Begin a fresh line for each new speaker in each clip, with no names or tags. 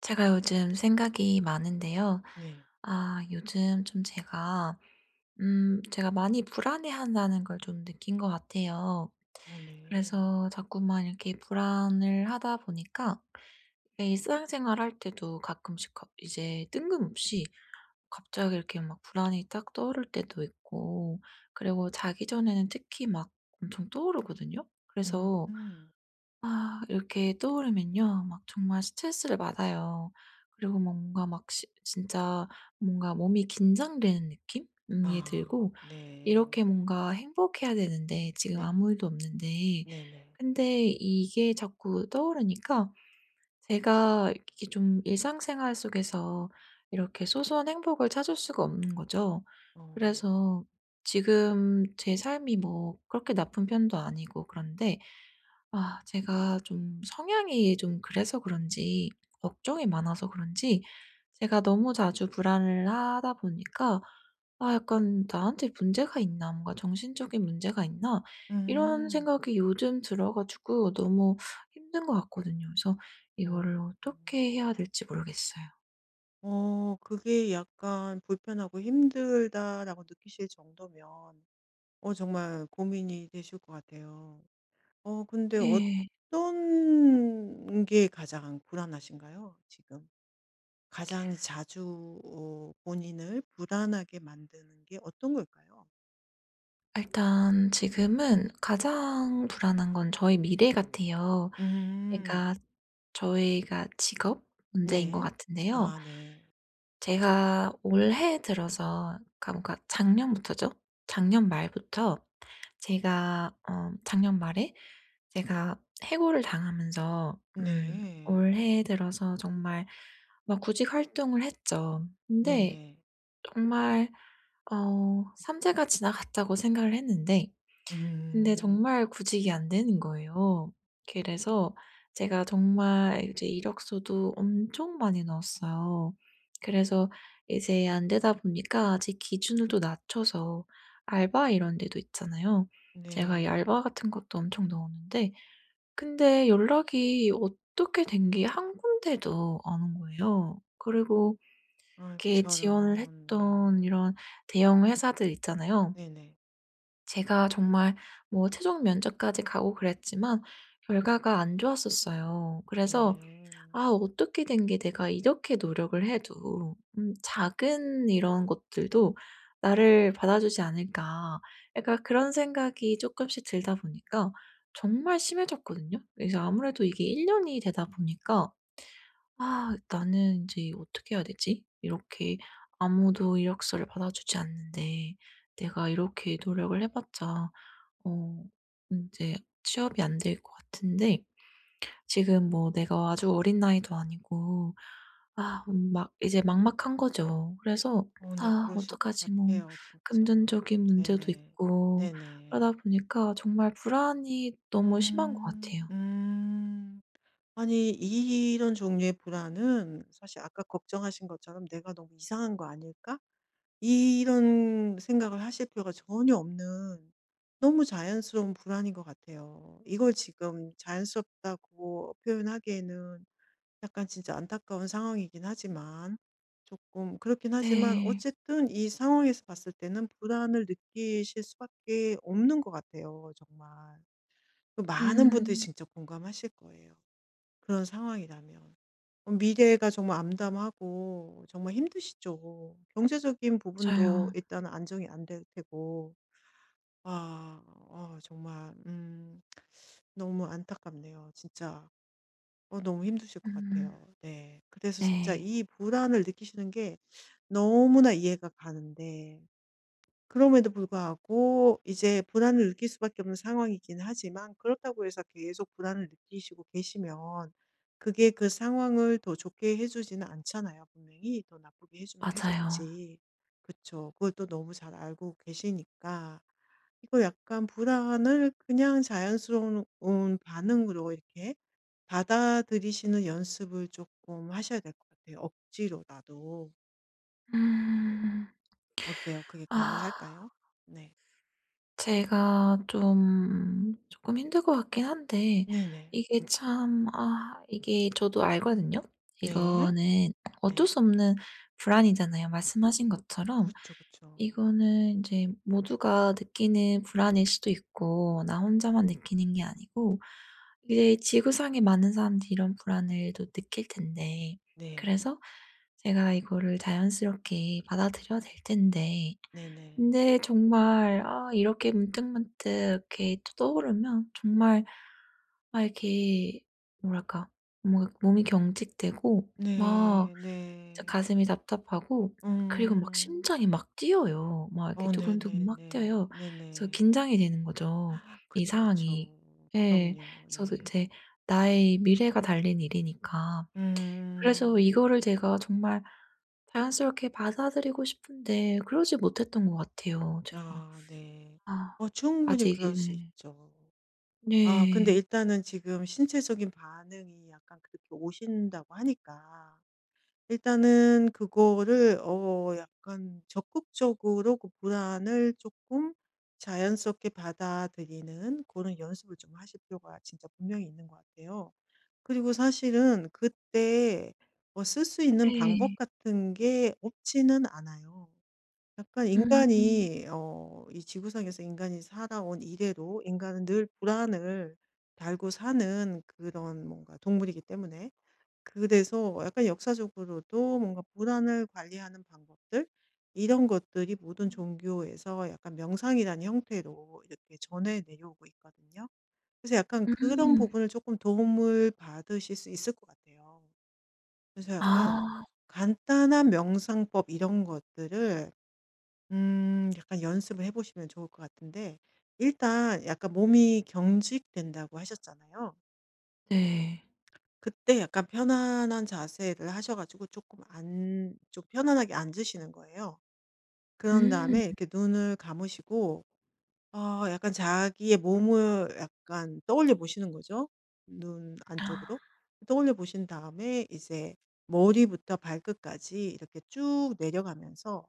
제가 요즘 생각이 많은데요.
네.
아, 요즘 좀 제가 많이 불안해한다는 걸 좀 느낀 것 같아요.
어 네.
그래서 자꾸만 이렇게 불안을 하다 보니까 이게 일상생활 할 때도 가끔씩 이제 뜬금없이 갑자기 이렇게 막 불안이 딱 떠오를 때도 있고, 그리고 자기 전에는 특히 막 엄청 떠오르거든요.
음.
그래서
음.
아, 이렇게 떠오르면요. 막 정말 스트레스를 받아요. 그리고 뭐 뭔가 막 시 진짜 뭔가 몸이 긴장되는 느낌? 이
아
들고,
네.
이렇게 뭔가 행복해야 되는데 지금
네.
아무 일도 없는데
네네.
근데 이게 자꾸 떠오르니까 제가 이렇게 좀 일상생활 속에서 이렇게 소소한 행복을 찾을 수가 없는 거죠.
어.
그래서 지금 제 삶이 뭐 그렇게 나쁜 편도 아니고 그런데, 아 제가 좀 성향이 좀 그래서 그런지, 걱정이 많아서 그런지 제가 너무 자주 불안을 하다 보니까, 아, 약간 '나한테 문제가 있나? 뭔가 정신적인 문제가 있나?' 이런
음.
생각이 요즘 들어 가지고 너무 힘든 것 같거든요. 그래서
어.
이거를 어떻게 해야 될지 모르겠어요.
어 그게 약간 '불편하고 힘들다.'라고 느끼실 정도면 어 정말 고민이 되실 것 같아요. 어 근데 어떤
네.
게 가장 불안하신가요 지금? 가장 자주 어 본인을 불안하게 만드는 게 어떤 걸까요?
일단 지금은 가장 불안한 건 저의 미래 같아요.
음.
그러니까 저희가 직업 문제인 것
네.
같은데요.
아 네.
제가 올해 들어서, 그러니까 뭔가 작년부터죠. 작년 말부터 제가 어, 작년 말에 제가 해고를 당하면서,
네.
올해 들어서 정말 막 구직 활동을 했죠. 근데
네네.
정말 어, '삼 재가 지나갔다.'고 생각을 했는데, 근데
음.
정말 구직이 안 되는 거예요. 그래서 제가 정말 이제 이력서도 엄청 많이 넣었어요. 그래서 이제 안 되다 보니까 제 기준을 또 낮춰서 알바 이런 데도 있잖아요. 제가 이 알바
네.
같은 것도 엄청 넣었는데, 근데 연락이 어떻게 된 게 한 군데도 안 온 거예요. 그리고
아이고
이렇게 지원을
저런.
했던
네.
이런 대형 회사들 있잖아요.
네네.
제가 정말 뭐 최종 면접까지 가고 그랬지만 결과가 안 좋았었어요. 그래서
네.
'아 어떻게 된 게 내가 이렇게 노력을 해도, 음, 작은 이런 것들도 나를 받아주지 않을까.' 약간 그런 생각이 조금씩 들다 보니까 정말 심해졌거든요. 그래서 아무래도 이게 1 년이 되다 보니까 '아 나는 이제 어떻게 해야 되지? 이렇게 아무도 이력서를 받아주지 않는데 내가 이렇게 노력을 해 봤자, 어 이제 취업이 안 될 것 같은데 지금 뭐 내가 아주 어린 나이도 아니고, 아, 막 이제 막막한 거죠.' 그래서
어 네.
'아
그러실 것
어떡하지.' 뭐
같아요 진짜.
금전적인 문제도
네네.
있고
네네.
그러다 보니까 정말 불안이 너무 심한 것
음.
같아요.
음. 아니 이런 종류의 불안은 사실 아까 걱정하신 것처럼 '내가 너무 이상한 거 아닐까?' 이런 생각을 하실 필요가 전혀 없는 너무 자연스러운 불안인 것 같아요. 이걸 지금 자연스럽다고 표현하기에는 약간 진짜 안타까운 상황이긴 하지만 조금 그렇긴 하지만
네.
어쨌든 이 상황에서 봤을 때는 불안을 느끼실 수밖에 없는 것 같아요, 정말. 그 많은 분들이
음,
진짜 공감하실 거예요. 그런 상황이라면. 미래가 정말 암담하고 정말 힘드시죠. 경제적인 부분도
맞아요.
일단 안정이 안 될 테고. 아, 어, 정말 너무 안타깝네요. 진짜. 어, 너무 힘드실 것
음.
같아요. 네. 그래서 진짜
네.
이 불안을 느끼시는 게 너무나 이해가 가는데 그럼에도 불구하고 이제 불안을 느낄 수밖에 없는 상황이긴 하지만 그렇다고 해서 계속 불안을 느끼시고 계시면 그게 그 상황을 더 좋게 해주지는 않잖아요. 분명히 더 나쁘게 해주면
맞아요.
해줬지. 그쵸. 그걸 또 너무 잘 알고 계시니까 이거 약간 불안을 그냥 자연스러운 반응으로 이렇게 받아들이시는 연습을 조금 하셔야 될 것 같아요. 억지로라도.
음.
어때요? 그게
아.
가능할까요? 네.
제가 좀 조금 힘들 것 같긴 한데,
네네.
이게 참, 아, 이게 저도 알거든요.
네.
이거는 어쩔
네.
수 없는 불안이잖아요. 말씀하신
그
것처럼
렇죠그죠
이거는 이제 모두가 느끼는 불안일 수도 있고, 나 혼자만 느끼는 게 아니고 이제 지구상에 많은 사람들이 이런 불안을 또 느낄 텐데,
네.
그래서 제가 이거를 자연스럽게 받아들여야 될 텐데
네네.
근데 정말, 아, 이렇게 문득문득 이렇게 또 떠오르면 정말 막 이렇게, 뭐랄까, 뭔가 몸이 경직되고 막
네.
진짜
네.
가슴이 답답하고, 그리고 막
음.
심장이 막 뛰어요. 막 이렇게
어
두근두근 막
네네네.
뛰어요. 그래서
네네.
긴장이 되는 거죠, 이
그쵸,
상황이.
그쵸.
예.
그럼요.
그래서
네.
이제 나의 미래가 달린 일이니까. 그래서
음.
이거를 제가 정말 자연스럽게 받아들이고 싶은데 그러지 못했던 것 같아요, 제가.
아 네.
아,
어 충분히
아직.
그럴 수
예.
있죠. 아 근데
네.
일단은 지금 신체적인 반응이 약간 그렇게 오신다고 하니까 일단은 그거를 어 약간 적극적으로 그 불안을 조금 자연스럽게 받아들이는 그런 연습을 좀 하실 필요가 진짜 분명히 있는 것 같아요. 그리고 사실은 그때 어 쓸 수 있는 방법
네.
같은 게 없지는 않아요. 약간
음.
인간이 어 이 지구상에서 인간이 살아온 이래로 인간은 늘 불안을 달고 사는 그런 뭔가 동물이기 때문에 그래서 약간 역사적으로도 뭔가 불안을 관리하는 방법들 이런 것들이 모든 종교에서 약간 명상이라는 형태로 이렇게 전해 내려오고 있거든요. 그래서 약간 그런
음.
부분을 조금 도움을 받으실 수 있을 것 같아요. 그래서 약간
아,
간단한 명상법 이런 것들을 약간 연습을 해보시면 좋을 것 같은데 일단 약간 몸이 경직된다고 하셨잖아요.
네.
그때 약간 편안한 자세를 하셔 가지고 조금 안 좀 편안하게 앉으시는 거예요. 그런
음.
다음에
음.
이렇게 눈을 감으시고 어 약간 자기의 몸을 약간 떠올려 보시는 거죠, 눈 안쪽으로. 떠올려 보신 다음에 이제 머리부터 발끝까지 이렇게 쭉 내려가면서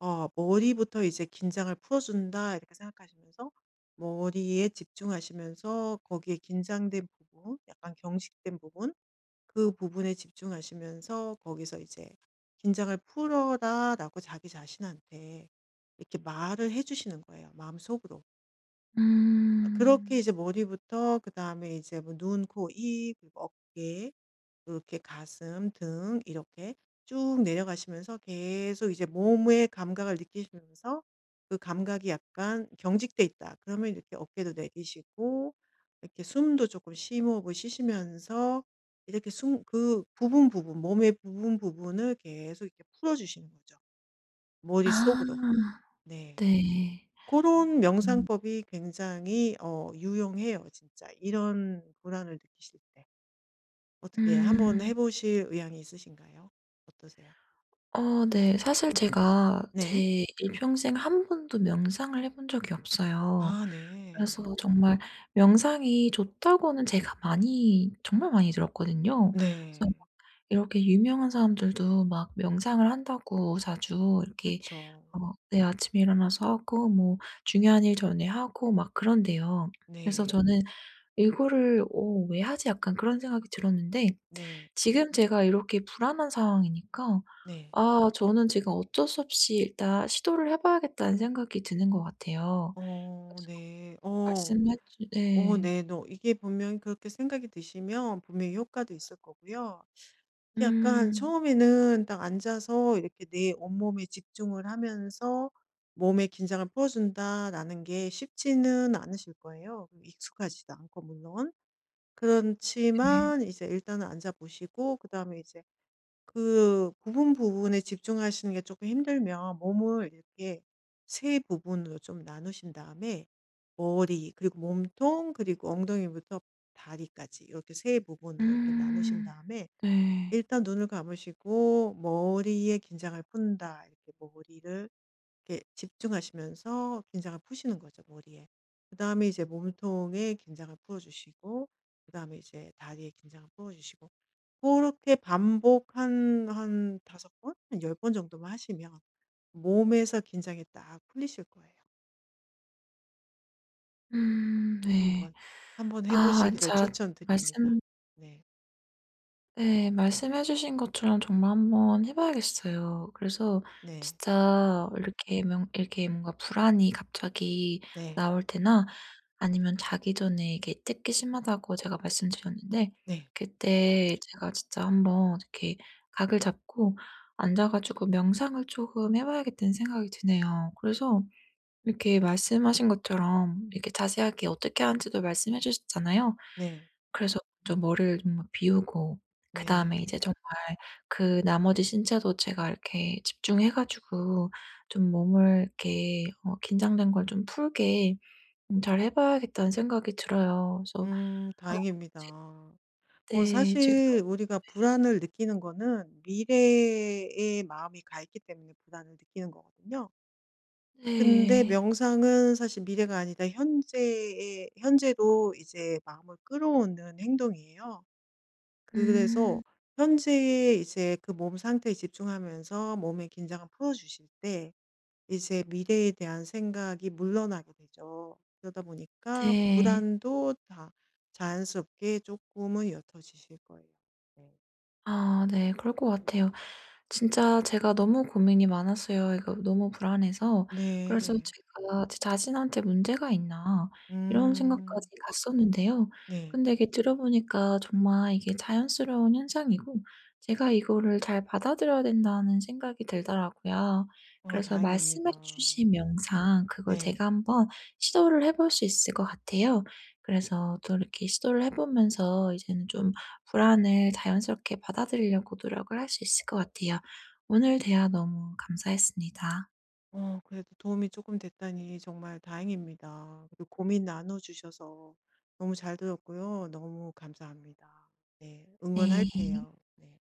어 '머리부터 이제 긴장을 풀어준다.' 이렇게 생각하시면서 머리에 집중하시면서 거기에 긴장된 부분, 약간 경직된 부분 그 부분에 집중하시면서 거기서 이제 "긴장을 풀어라."라고 자기 자신한테 이렇게 말을 해 주시는 거예요 마음속으로. 아 그렇게 이제 머리부터 그다음에 이제 뭐 눈, 코, 입 그리고 어깨 이렇게 가슴, 등 이렇게 쭉 내려가시면서 계속 이제 몸의 감각을 느끼시면서 그 감각이 약간 경직돼 있다. 그러면 이렇게 어깨도 내리시고 이렇게 숨도 조금 심호흡을 쉬시면서 이렇게 숨 그 부분 부분 몸의 부분 부분을 계속 이렇게 풀어주시는 거죠.
아,
머릿속으로. 네.
네.
그런
음.
명상법이 굉장히 어, 유용해요, 진짜. 이런 불안을 느끼실 때. 어떻게 한번 해
음.
보실 의향이 있으신가요? 어떠세요?
어, 네. 사실 제가
네.
제 일평생 한 번도 명상을 해본 적이 없어요.
아 네.
그래서 정말 명상이 좋다고는 제가 많이, 정말 많이 들었거든요. 그래서
네.
이렇게 유명한 사람들도 막 명상을 한다고 자주 이렇게,
그쵸.
어, 네, 아침에 일어나서 하고 뭐 중요한 일 전에 하고 막 그런대요. 그래서
네.
저는 이거를 '어 왜 하지?' 약간 그런 생각이 들었는데
네.
지금 제가 이렇게 불안한 상황이니까
네.
아, 저는 제가 어쩔 수 없이 일단 시도를 해 봐야겠다는 생각이 드는 것 같아요.
어
그래서
네. 어.
말씀해 주
어
네.
네. 너 이게 분명히 그렇게 생각이 드시면 분명히 효과도 있을 거고요. 특히 약간
음.
처음에는 딱 앉아서 이렇게 내 온몸에 집중을 하면서 '몸의 긴장을 풀어준다.'라는 게 쉽지는 않으실 거예요. 익숙하지도 않고 물론.
네.
그렇지만 이제 일단은 앉아 보시고 그다음에 이제 그 부분 부분에 집중하시는 게 조금 힘들면 몸을 이렇게 세 부분으로 좀 나누신 다음에 머리 그리고 몸통 그리고 엉덩이부터 다리까지 이렇게 세 부분으로 이렇게 나누신
음.
다음에
네.
일단 눈을 감으시고 '머리에 긴장을 푼다.' 이렇게 머리를 이렇게 집중하시면서 긴장을 푸시는 거죠, 머리에. 그다음에 이제 몸통에 긴장을 풀어 주시고 그다음에 이제 다리에 긴장을 풀어 주시고 그렇게 반복 한 5번 번, 한 10번 정도만 하시면 몸에서 긴장이 딱 풀리실 거예요.
음. 네.
한번 한번 해
아
보시기를
진짜
추천드립니다.
말씀
네.
예, 말씀해 주신 것처럼 정말 한번 해 봐야겠어요. 그래서
네.
진짜 이렇게 명 이렇게 뭔가 불안이 갑자기
네.
나올 때나 아니면 자기 전에 이게 특히 심하다고 제가 말씀드렸는데,
네.
그때 제가 진짜 한번 이렇게 각을 잡고 앉아 가지고 명상을 조금 해 봐야겠다는 생각이 드네요. 그래서 이렇게 말씀하신 것처럼 이렇게 자세하게 어떻게 하는지도 말씀해 주셨잖아요.
네.
그래서 좀 머리를 좀 비우고, 그다음에
네.
이제 정말 그 나머지 신체도 제가 이렇게 집중해 가지고 좀 몸을 이렇게, 어, 긴장된 걸 좀 풀게, 음, 잘 해 봐야겠다는 생각이 들어요. 그래서 아 제
다행입니다. 어
네. 제가.
사실 우리가 불안을 느끼는 거는 미래에 마음이 가 있기 때문에 불안을 느끼는 거거든요. 근데
네.
명상은 사실 미래가 아니다 현재에 현재로 이제 마음을 끌어오는 행동이에요. 그래서
음.
현재의 이제 그 몸 상태에 집중하면서 몸의 긴장을 풀어 주실 때 이제 미래에 대한 생각이 물러나게 되죠. 그러다 보니까
네.
불안도 다 자연스럽게 조금은 옅어지실 거예요. 네.
아, 네. 그럴 것 같아요. 진짜 제가 너무 고민이 많았어요. 이거 너무 불안해서. 그래서
네.
제가 제 자신한테 문제가 있나 이런 생각까지
음.
갔었는데요.
네.
근데 이게 들어보니까 정말 이게 자연스러운 현상이고 제가 이거를 잘 받아들여야 된다는 생각이 들더라고요.
어
그래서 말씀해
다행입니다.
주신 영상 그걸
네.
제가 한번 시도를 해볼 수 있을 것 같아요. 그래서 또 이렇게 시도를 해 보면서 이제는 좀 불안을 자연스럽게 받아들이려고 노력을 할 수 있을 것 같아요. 오늘 대화 너무 감사했습니다.
어 그래도 도움이 조금 됐다니 정말 다행입니다. 그리고 고민 나눠 주셔서 너무 잘 들었고요. 너무 감사합니다. 네.
네.
응원할게요. 네.